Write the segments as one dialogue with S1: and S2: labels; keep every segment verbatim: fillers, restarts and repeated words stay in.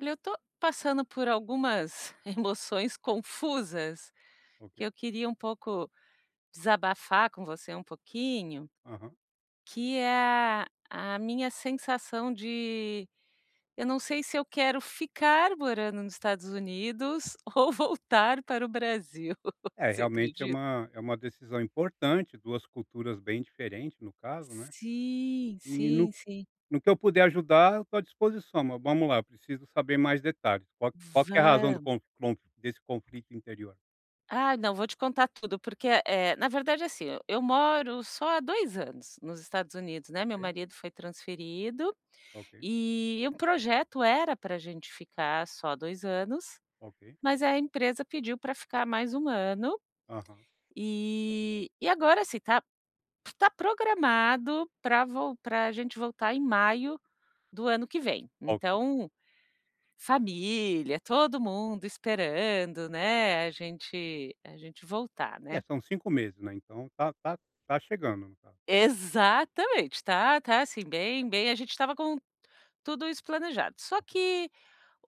S1: Olha, eu tô passando por algumas emoções confusas
S2: Ok.
S1: que eu queria um pouco desabafar com você um pouquinho,
S2: Aham.
S1: que é a minha sensação de eu não sei se eu quero ficar morando nos Estados Unidos ou voltar para o Brasil.
S2: É,
S1: Você
S2: realmente é
S1: acredita?
S2: uma é uma decisão importante, duas culturas bem diferentes no caso, né.
S1: Sim,
S2: E no
S1: sim, sim.
S2: no que eu puder ajudar, eu estou à disposição, mas vamos lá, eu preciso saber mais detalhes. Qual qual que é a razão do con con desse conflito interior?
S1: Ah, não, vou te contar tudo, porque, eh, na verdade, assim, eu eu moro só há dois anos nos Estados Unidos, né, meu
S2: Ok,
S1: marido foi transferido,
S2: ok,
S1: e o projeto era pra gente ficar só dois anos,
S2: ok.
S1: mas a empresa pediu para ficar mais um ano,
S2: Aham,
S1: e e agora, assim, tá tá programado pra para a gente voltar em maio do ano que vem.
S2: ok.
S1: Então, família, todo mundo esperando, né, a gente a gente voltar,
S2: É,
S1: né.
S2: são cinco meses, né, então tá tá tá chegando no caso.
S1: Exatamente, tá tá, assim, bem bem a gente estava com tudo isso planejado. Só que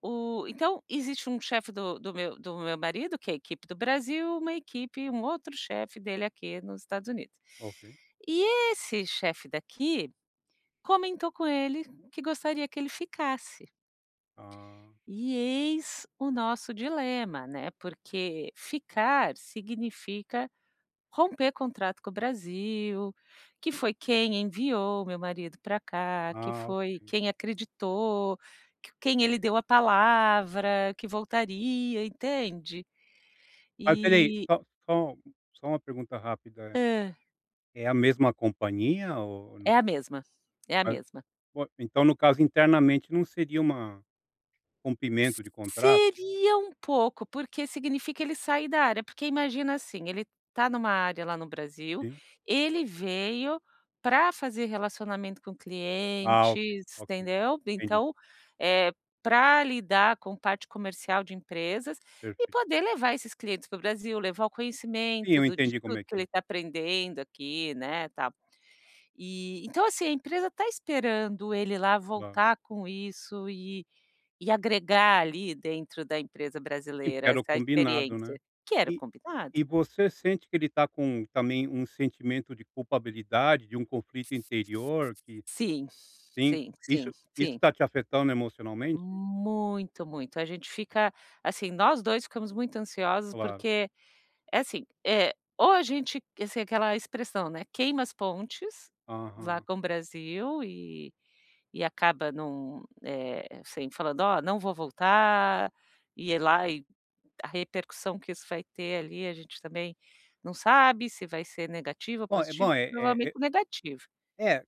S1: o então existe um chefe do do meu do meu marido, que é a equipe do Brasil, uma equipe um outro chefe dele aqui nos Estados Unidos.
S2: Ok.
S1: E esse chefe daqui comentou com ele que gostaria que ele ficasse.
S2: Ah,
S1: E eis o nosso dilema, né, porque ficar significa romper contrato com o Brasil, que foi quem enviou meu marido para cá, que
S2: ah,
S1: foi
S2: ok.
S1: quem acreditou, que quem ele deu a palavra que voltaria, entende?
S2: Mas espera
S1: E
S2: só só só uma pergunta rápida,
S1: hã,
S2: é a mesma companhia ou...
S1: é a mesma, é a mesma.
S2: Bom, então no caso internamente não seria uma rompimento de contrato,
S1: Seria um pouco, porque significa ele sair da área, porque imagina assim, ele está numa área lá no Brasil,
S2: sim?
S1: ele veio para fazer relacionamento com
S2: Ah, ok,
S1: clientes,
S2: ok,
S1: entendeu?
S2: entendi,
S1: Então, é para lidar com parte comercial de empresas e
S2: perfeito.
S1: poder levar esses clientes para o Brasil, levar o
S2: Sim,
S1: conhecimento
S2: eu
S1: do de
S2: entendi como
S1: tudo
S2: é
S1: que
S2: que
S1: ele
S2: é,
S1: está aprendendo aqui, né, tal. E então, assim, a empresa está esperando ele lá
S2: claro.
S1: voltar com isso e e agregar ali dentro da empresa
S2: Sim,
S1: brasileira
S2: porque era o
S1: essa
S2: combinado, né.
S1: experiência, que era o
S2: E
S1: combinado.
S2: e você sente que ele está com também um sentimento de culpabilidade, de um conflito interior que...
S1: Sim,
S2: sim,
S1: sim, sim,
S2: isso isso
S1: sim.
S2: está te afetando emocionalmente?
S1: Muito, muito. A gente fica assim, nós dois ficamos muito ansiosos,
S2: Claro,
S1: porque é assim, é ou a gente assim, aquela expressão, né, queima as pontes lá
S2: aham.
S1: com o Brasil e e acaba num eh, assim, falando: "Ó, não vou voltar", e é lá e a repercussão que isso vai ter ali, a gente também não sabe se vai ser negativa ou
S2: Bom, é
S1: positiva,
S2: bom, é é
S1: provavelmente
S2: é
S1: negativa.
S2: é,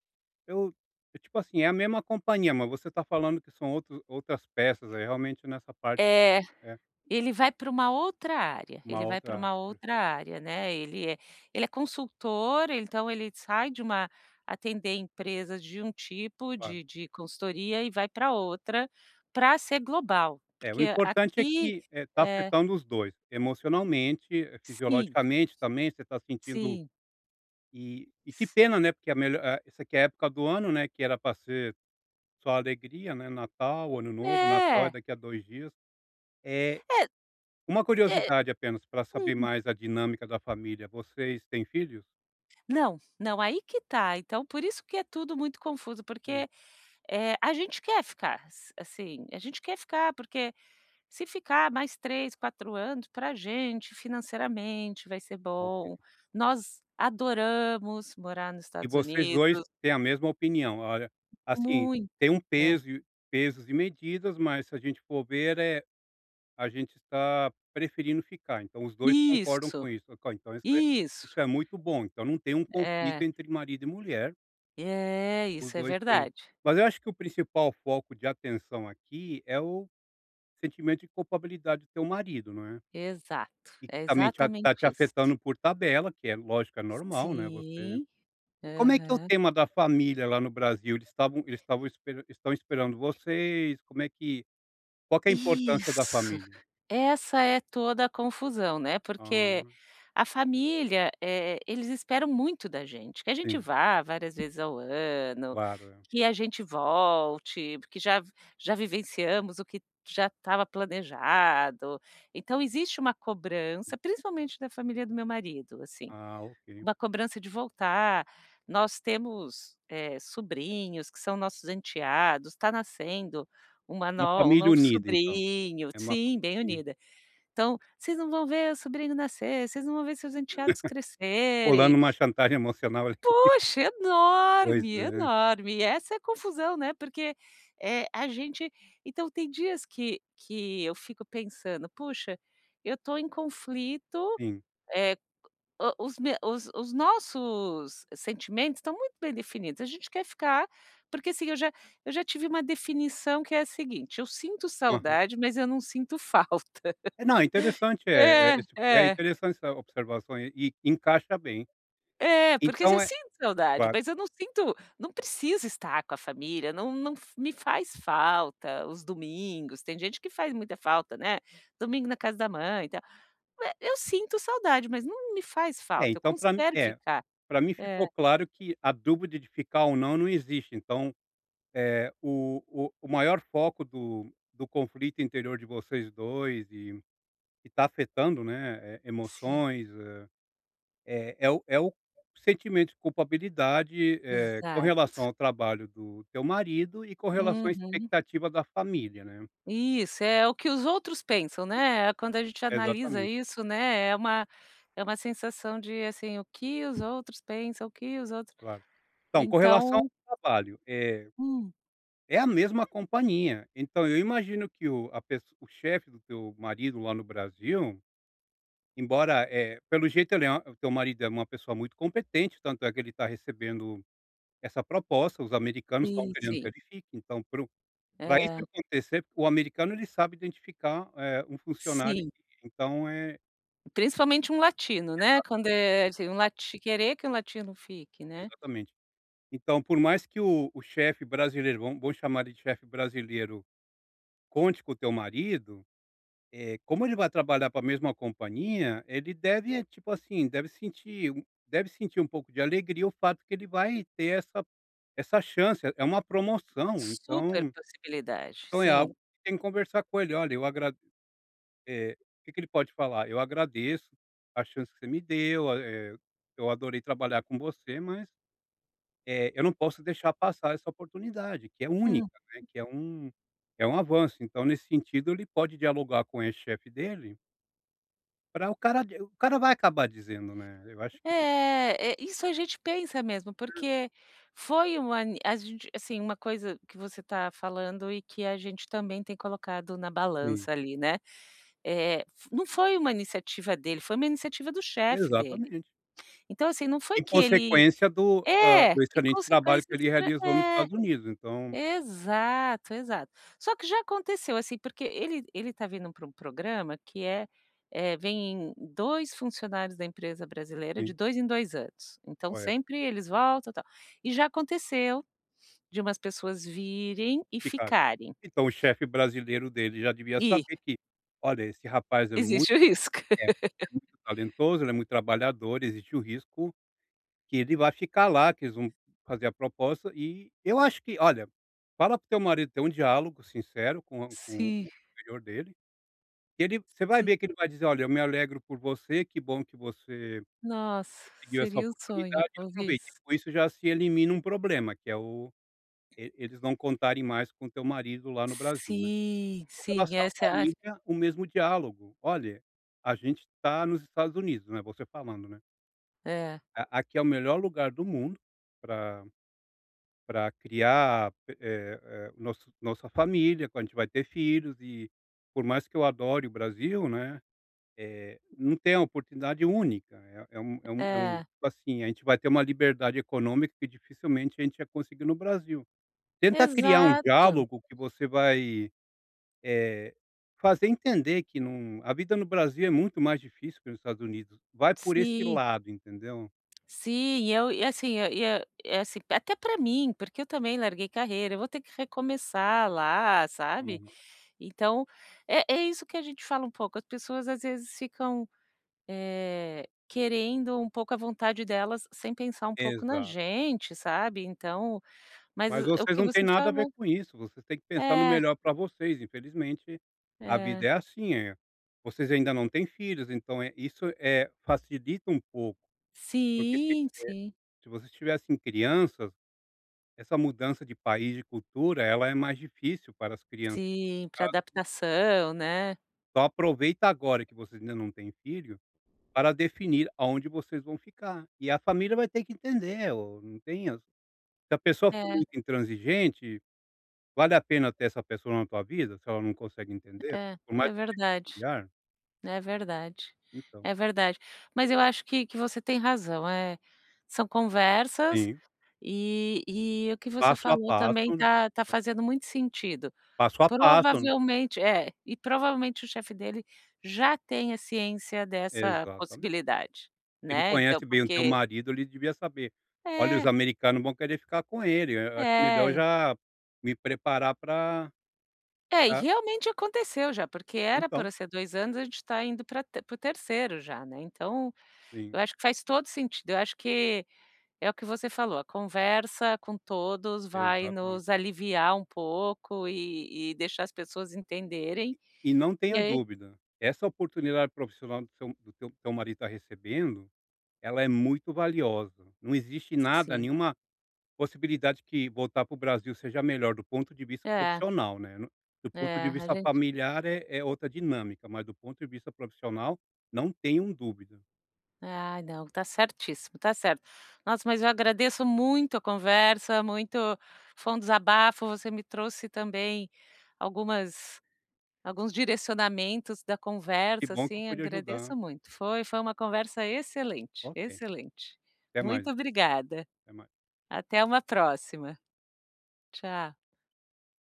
S2: Eu é tipo assim, é a mesma companhia, mas você tá falando que são outros outras peças, aí realmente nessa parte
S1: É,
S2: é
S1: ele vai para uma outra área,
S2: uma
S1: ele vai para
S2: outra área,
S1: uma
S2: né?
S1: outra área, né, ele é ele é consultor, então ele sai de uma atender empresas de um tipo
S2: Claro.
S1: de de consultoria e vai para outra, para ser global,
S2: É, o
S1: porque
S2: importante é
S1: aqui
S2: que está
S1: é,
S2: afetando os dois emocionalmente, eh,
S1: sim,
S2: fisiologicamente também, você está sentindo...
S1: sim.
S2: e e que pena, né, porque a melhor eh, isso aqui é a época do ano, né, que era para ser só alegria, né, Natal, Ano Novo, Natal é
S1: É,
S2: daqui a dois dias. É
S1: é,
S2: uma
S1: é.
S2: curiosidade apenas para saber mais a dinâmica da família, vocês têm filhos?
S1: Não, não, aí que tá. Então, por isso que é tudo muito confuso, porque, eh, a gente quer ficar, s assim, a gente quer ficar, porque se ficar mais três, quatro anos, pra gente, financeiramente, vai ser
S2: Ok.
S1: bom. Nós adoramos morar nos
S2: E
S1: Estados
S2: vocês
S1: Unidos,
S2: dois têm a mesma opinião, olha, assim,
S1: muito.
S2: tem um
S1: É.
S2: peso e pesos e medidas, mas se a gente for ver, é a gente está preferindo ficar, então os dois concordam
S1: Isso,
S2: com isso, ok, então isso é
S1: isso.
S2: isso é muito bom, então não tem um conflito
S1: É,
S2: entre marido e mulher,
S1: é,
S2: os
S1: isso é
S2: dois têm...
S1: verdade.
S2: mas eu acho que o principal foco de atenção aqui é o sentimento de culpabilidade do teu marido, não é?
S1: Exato,
S2: E
S1: é
S2: que também te a tá te
S1: exatamente isso.
S2: afetando por tabela, que é lógico, é normal, né, você...
S1: Sim,
S2: E como é que é o
S1: aham.
S2: tema da família lá no Brasil? Eles estavam eles estavam espe estão esperando vocês? Como é que qual que é a importância da
S1: Isso.
S2: família?
S1: Essa é toda a confusão, né, porque
S2: Ah,
S1: a família, eh, eles esperam muito da gente, que a gente
S2: sim,
S1: vá várias vezes ao ano,
S2: claro, é.
S1: que a gente volte, porque já já vivenciamos o que já estava planejado. Então existe uma cobrança,
S2: Sim.
S1: principalmente da família do meu marido, assim,
S2: Ah, ok.
S1: uma cobrança de voltar. Nós temos, eh, sobrinhos que são nossos enteados, está nascendo uma
S2: Uma
S1: no um
S2: família
S1: novo
S2: unida, então.
S1: sobrinho
S2: É uma
S1: sim,
S2: família
S1: bem
S2: sim.
S1: unida. Então: "Vocês não vão ver o sobrinho nascer, vocês não vão ver seus enteados crescerem".
S2: Rolando uma chantagem emocional ali.
S1: Poxa, é
S2: Pois
S1: enorme, é
S2: é,
S1: enorme. E essa é a confusão, né, porque, eh, a gente então tem dias que que eu fico pensando: "Puxa, eu estou em conflito,
S2: sim.
S1: eh, o os me os os nossos sentimentos estão muito bem definidos, a gente quer ficar", porque assim, eu já eu já tive uma definição que é a seguinte: eu sinto
S2: Aham.
S1: saudade, mas eu não sinto falta.
S2: É, não, é interessante, é é esse é
S1: É, é.
S2: interessante essa observação e e encaixa bem.
S1: É, porque assim, eu
S2: Então é
S1: sinto saudade,
S2: claro.
S1: mas eu não sinto, não preciso estar com a família, não não f me faz falta os domingos, tem gente que faz muita falta, né, domingo na casa da mãe e tal. Eh, eu sinto saudade, mas não me faz
S2: É,
S1: falta, eu
S2: então
S1: cons
S2: para mim
S1: quero
S2: é,
S1: ficar.
S2: para mim
S1: É,
S2: ficou claro que a dúvida de ficar ou não, não existe. Então, é o o o maior foco do do conflito interior de vocês dois e que tá afetando, né, eh,
S1: se
S2: emoções, eh, é é, o é o sentimento de culpabilidade, eh, com
S1: exato.
S2: relação ao trabalho do teu marido e com relação à
S1: Uhum.
S2: expectativa da família, né.
S1: Isso, é o que os outros pensam, né, quando a gente analisa
S2: Exatamente,
S1: isso, né, é uma é uma sensação de, assim, o que os outros pensam, o que os outros
S2: claro. Então, com relação
S1: então
S2: ao trabalho, é...
S1: hum,
S2: É a mesma companhia. Então eu imagino que o a pesso o chefe do teu marido lá no Brasil, embora, eh, pelo jeito ele é uma- o teu marido é uma pessoa muito competente, tanto é que ele está recebendo essa proposta, os americanos estão
S1: sim,
S2: querendo que
S1: sim.
S2: ele fique, então para isso
S1: É.
S2: acontecer, o americano ele sabe identificar, eh, um funcionário
S1: Sim,
S2: que então é...
S1: principalmente um latino, né, quando é assim, um lati querer que um latino fique, né,
S2: exatamente. Então por mais que o o chefe brasileiro, vamos vamos chamar ele de chefe brasileiro, conte com o teu marido, é como ele vai trabalhar para a mesma companhia, ele deve, eh, tipo assim, deve sentir um deve sentir um pouco de alegria o fato que ele vai ter essa essa chance, é uma
S1: uma
S2: promoção,
S1: super
S2: então
S1: possibilidade,
S2: então é algo
S1: sim.
S2: que tem que conversar com ele: "Olha, eu agrade..." eh, o que que ele pode falar? "Eu agradeço a chance que você me deu, a eh, eu adorei trabalhar com você, mas, eh, eu não posso deixar passar essa oportunidade", que é
S1: Hum.
S2: única, né, que é um é um avanço. Então, nesse sentido, ele pode dialogar com o chefe dele. Pra o cara o cara vai acabar dizendo, né, eu acho que
S1: É, é, isso a gente pensa mesmo, porque foi uma ni a gente assim, uma coisa que você tá falando e que a gente também tem colocado na
S2: sim,
S1: balança ali, né, eh, f não foi uma iniciativa dele, foi uma iniciativa do chefe dele.
S2: exatamente.
S1: Então assim, não foi
S2: Em
S1: que ele
S2: consequência do da
S1: é,
S2: do
S1: em
S2: excelente trabalho
S1: consequência
S2: que
S1: do
S2: ele
S1: tra
S2: realizou nos
S1: é.
S2: Estados Unidos, então,
S1: Exato, exato. Só que já aconteceu, assim, porque ele ele está vindo para um programa que é é, vem dois funcionários da empresa brasileira de
S2: sim,
S1: dois em dois anos, então
S2: correto.
S1: sempre eles voltam, tal. E já aconteceu de umas pessoas virem e
S2: E cara,
S1: ficarem,
S2: então o chefe brasileiro dele já devia
S1: e
S2: saber que: "Olha, esse rapaz é muito...
S1: existe o risco.
S2: é, é muito talentoso, ele é muito trabalhador, existe o risco que ele vai ficar lá, que eles vão fazer a proposta", e eu acho que olha, fala para o teu marido ter um diálogo sincero com a com
S1: Sim,
S2: o superior dele. Ele você vai
S1: sim.
S2: ver que ele vai dizer: "Olha, eu me alegro por você, que bom que você
S1: Nossa,
S2: conseguiu essa
S1: seria um sonho
S2: oportunidade e
S1: ouvir
S2: aproveite".
S1: isso.
S2: Com isso já se elimina um problema, que é o... e eles não contarem mais com o teu marido lá no Brasil, né.
S1: Sim,
S2: Com
S1: sim,
S2: relação à
S1: essa é, a-
S2: família, o mesmo diálogo: "Olha, a gente está nos Estados Unidos", né, você falando, né,
S1: é,
S2: "a "aqui é o melhor lugar do mundo para para criar, eh eh, nosso nossa família, quando a gente vai ter filhos e por mais que eu adore o Brasil, né, Eh, não tem uma oportunidade única, é é um é um é um
S1: é,
S2: tipo assim, a gente vai ter uma liberdade econômica que dificilmente a gente ia conseguir no Brasil. Tenta criar um
S1: exato,
S2: diálogo que você vai, eh, fazer entender que não a vida no Brasil é muito mais difícil que nos Estados Unidos, vai por esse
S1: sim.
S2: lado, entendeu.
S1: Sim, eu e assim, eu, e eu é assim, até para mim, porque eu também larguei carreira, eu vou ter que recomeçar lá, sabe.
S2: Uhum.
S1: Então, é é isso que a gente fala um pouco, as pessoas às vezes ficam, eh, querendo um pouco a vontade delas sem pensar um pouco na
S2: Exato.
S1: gente, sabe. Então mas
S2: Mas
S1: o
S2: vocês
S1: que
S2: não têm
S1: você
S2: nada a ver
S1: falou
S2: com isso, vocês têm que pensar no
S1: é,
S2: melhor para vocês, infelizmente a
S1: é.
S2: vida é assim, é vocês ainda não têm filhos, então, eh, isso, é facilita um pouco. Porque se
S1: Sim, sim.
S2: se vocês tivessem crianças, essa mudança de país, de cultura, ela é mais difícil para as crianças.
S1: Sim, para adaptação, né.
S2: Então aproveita agora que vocês ainda não têm filho, para definir aonde vocês vão ficar. E a família vai ter que entender, ou não tem as... se a pessoa for
S1: É,
S2: muito intransigente, vale a pena ter essa pessoa na tua vida, se ela não consegue entender?
S1: é,
S2: Por mais
S1: é verdade.
S2: familiar?
S1: É verdade,
S2: Então,
S1: é verdade. Mas eu acho que que você tem razão, é, são conversas
S2: sim,
S1: e e o que você
S2: passo a
S1: falou também
S2: passo, né,
S1: tá tá fazendo muito sentido.
S2: passo a passo, né?
S1: Provavelmente é, e provavelmente o chefe dele já tenha ciência dessa
S2: Exatamente.
S1: possibilidade,
S2: Ele
S1: né, então
S2: conhece bem o teu
S1: porque
S2: marido, ele devia saber: "Olha, os
S1: é,
S2: americanos vão querer ficar com ele, eu acho melhor eu
S1: é.
S2: já me preparar para".
S1: É, e realmente aconteceu já, porque era
S2: Então,
S1: para ser dois anos, a gente está indo para o terceiro já, né, então
S2: sim,
S1: eu acho que faz todo sentido, eu acho que é o que você falou, a conversa com todos vai
S2: exatamente.
S1: nos aliviar um pouco e e deixar as pessoas entenderem,
S2: E não
S1: e
S2: tenha
S1: aí
S2: dúvida, essa oportunidade profissional do seu do teu teu marido está recebendo, ela é muito valiosa. Não existe nada,
S1: sim.
S2: nenhuma possibilidade que voltar para o Brasil seja melhor do ponto de vista
S1: É,
S2: profissional, né, no do ponto
S1: é,
S2: de
S1: a
S2: vista
S1: gente
S2: familiar é é outra dinâmica, mas do ponto de vista profissional, não tenham dúvida.
S1: ai não, tá certíssimo, tá certo. Nossa, mas eu agradeço muito a conversa, muito foi um desabafo, você me trouxe também algumas alguns direcionamentos da
S2: Que
S1: conversa,
S2: bom que eu
S1: assim,
S2: pude ajudar.
S1: agradeço muito. Foi foi uma conversa excelente,
S2: Ok,
S1: excelente.
S2: até mais,
S1: Muito obrigada,
S2: até mais.
S1: até uma próxima. Tchau.